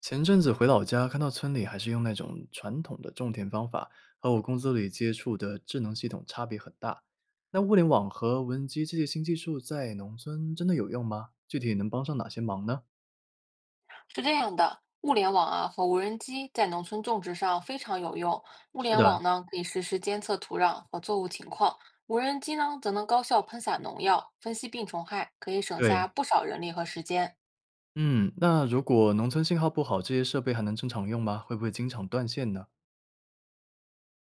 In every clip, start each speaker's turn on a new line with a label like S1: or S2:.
S1: 前阵子回老家，看到村里还是用那种传统的种田方法，和我公司里接触的智能系统差别很大。那物联网和无人机这些新技术在农村真的有用吗？具体能帮上哪些忙呢？
S2: 是这样的，物联网啊和无人机在农村种植上非常有用。物
S1: 是
S2: 联
S1: 的，
S2: 网呢可以实时监测土壤和作物情况，无人机呢则能高效喷洒农药、分析病虫害，可以省下
S1: 对，
S2: 不少人力和时间。
S1: 嗯，那如果农村信号不好，这些设备还能正常用吗？会不会经常断线呢？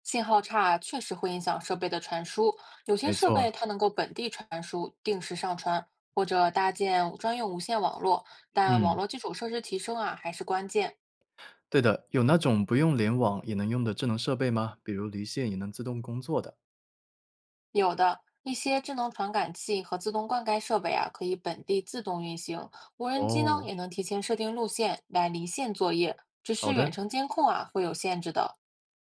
S2: 信号差确实会影响设备的传输，有些
S1: 没
S2: 设
S1: 错，
S2: 备它能够本地传输、定时上传，或者搭建专用无线网络，但网
S1: 嗯，
S2: 络基础设施提升啊还是关键。
S1: 对的，有那种不用联网也能用的智能设备吗？比如离线也能自动工作的。
S2: 有的，一些智能传感器和自动灌溉设备啊，可以本地自动运行。无人机呢，
S1: 哦，
S2: 也能提前设定路线来离线作业，只
S1: 好
S2: 是远
S1: 的。
S2: 程监控啊会有限制的。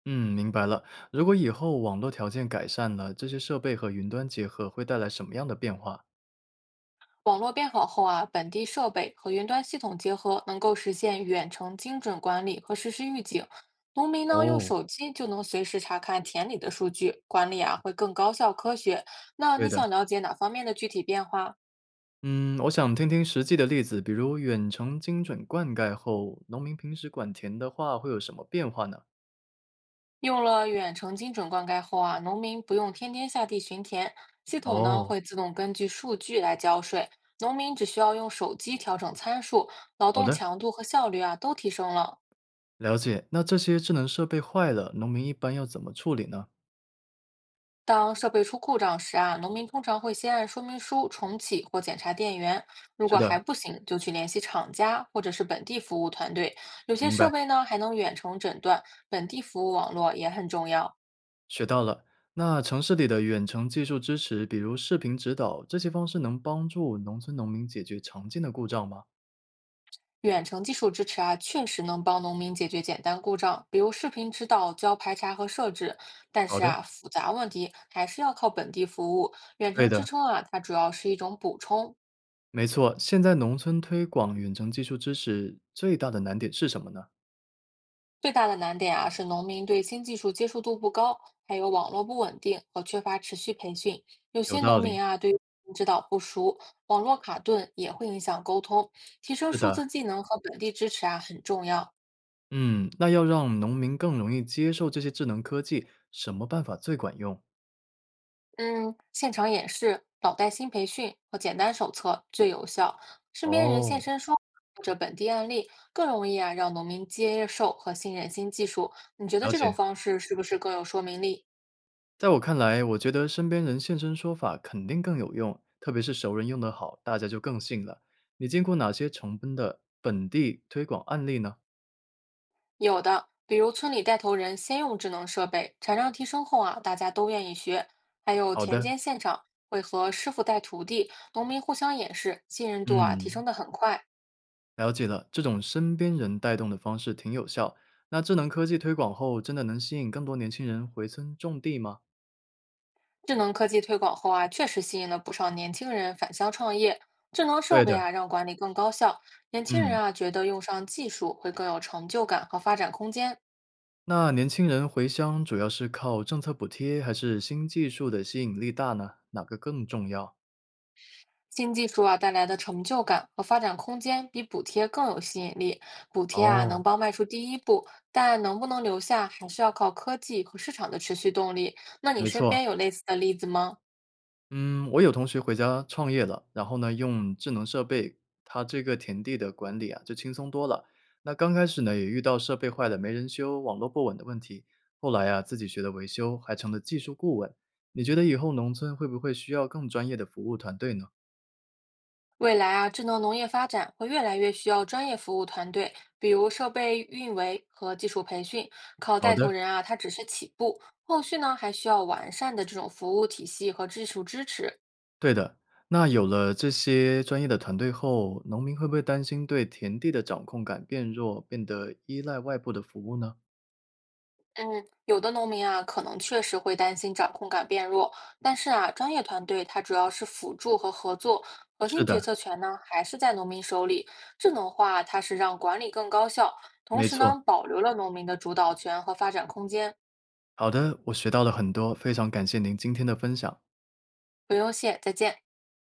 S1: 嗯，明白了。如果以后网络条件改善了，这些设备和云端结合会带来什么样的变化？
S2: 网络变好后啊，本地设备和云端系统结合，能够实现远程精准管理和实时预警。农民呢，用
S1: 哦，
S2: 手机就能随时查看田里的数据，管理啊会更高效科学。那
S1: 对
S2: 你
S1: 的，
S2: 想了解哪方面的具体变化？
S1: 嗯，我想听听实际的例子，比如远程精准灌溉后，农民平时管田的话会有什么变化呢？
S2: 用了远程精准灌溉后啊，农民不用天天下地巡田，系统呢
S1: 哦，
S2: 会自动根据数据来交税，农民只需要用手机调整参数，劳
S1: 好
S2: 动
S1: 的，
S2: 强度和效率啊都提升了。
S1: 了解。那这些智能设备坏了，农民一般要怎么处理呢？
S2: 当设备出故障时啊，农民通常会先按说明书重启或检查电源，如
S1: 是
S2: 果
S1: 的，
S2: 还不行，就去联系厂家或者是本地服务团队。有些
S1: 明
S2: 设
S1: 白，
S2: 备呢还能远程诊断，本地服务网络也很重要。
S1: 学到了。那城市里的远程技术支持，比如视频指导，这些方式能帮助农村农民解决常见的故障吗？
S2: 远程技术支持啊，确实能帮农民解决简单故障，比如视频指导、教排查和设置。但
S1: 好
S2: 是
S1: 的。
S2: 啊，复杂问题还是要靠本地服务。远
S1: 对
S2: 程支
S1: 的，
S2: 撑啊，它主要是一种补充。
S1: 没错，现在农村推广远程技术支持最大的难点是什么呢？
S2: 最大的难点啊，是农民对新技术接受度不高，还有网络不稳定和缺乏持续培训。有
S1: 有
S2: 些
S1: 道
S2: 农
S1: 理，
S2: 民啊，对于指导不熟，网络卡顿也会影响沟通。提升
S1: 是
S2: 数
S1: 的，
S2: 字技能和本地支持啊，很重要。
S1: 嗯，那要让农民更容易接受这些智能科技，什么办法最管用？
S2: 嗯，现场演示、脑带新培训和简单手册最有效。身边人现
S1: 哦，
S2: 身说法或者本地案例，更容易啊让农民接受和信任新技术。你觉得
S1: 了
S2: 这种
S1: 解。
S2: 方式是不是更有说明力？
S1: 在我看来，我觉得身边人现身说法肯定更有用，特别是熟人用得好，大家就更信了。你见过哪些成功的本地推广案例呢？
S2: 有的，比如村里带头人先用智能设备，产量提升后啊，大家都愿意学。还有
S1: 好
S2: 田
S1: 的，
S2: 间现场会和师傅带徒弟，农民互相演示，信任度啊提
S1: 嗯。
S2: 升的很快。
S1: 了解了，这种身边人带动的方式挺有效。那智能科技推广后，真的能吸引更多年轻人回村种地吗？
S2: 智能科技推广后啊，确实吸引了不少年轻人返乡创业。智能设
S1: 对
S2: 备
S1: 的，
S2: 啊，让管理更高效。年轻
S1: 嗯。
S2: 人啊，觉得用上技术会更有成就感和发展空间。
S1: 那年轻人回乡主要是靠政策补贴，还是新技术的吸引力大呢？哪个更重要？
S2: 新技术啊带来的成就感和发展空间比补贴更有吸引力。补贴啊能
S1: 哦，
S2: 帮迈出第一步，但能不能留下，还是要靠科技和市场的持续动力。那你
S1: 没
S2: 身
S1: 错，
S2: 边有类似的例子吗？
S1: 嗯，我有同学回家创业了，然后呢，用智能设备，他这个田地的管理啊，就轻松多了。那刚开始呢，也遇到设备坏了没人修、网络不稳的问题，后来啊，自己学了维修，还成了技术顾问。你觉得以后农村会不会需要更专业的服务团队呢？
S2: 未来啊，智能农业发展会越来越需要专业服务团队，比如设备运维和技术培训。靠
S1: 好
S2: 带头
S1: 的，
S2: 人啊，它只是起步，后续呢还需要完善的这种服务体系和技术支持。
S1: 对的，那有了这些专业的团队后，农民会不会担心对田地的掌控感变弱，变得依赖外部的服务呢？
S2: 嗯，有的农民啊，可能确实会担心掌控感变弱，但是啊，专业团队它主要是辅助和合作，核
S1: 是
S2: 心决
S1: 的，
S2: 策权呢还是在农民手里。智能化它是让管理更高效，同
S1: 没
S2: 时
S1: 错。
S2: 呢保留了农民的主导权和发展空间。
S1: 好的，我学到了很多，非常感谢您今天的分享。
S2: 不用谢，再见。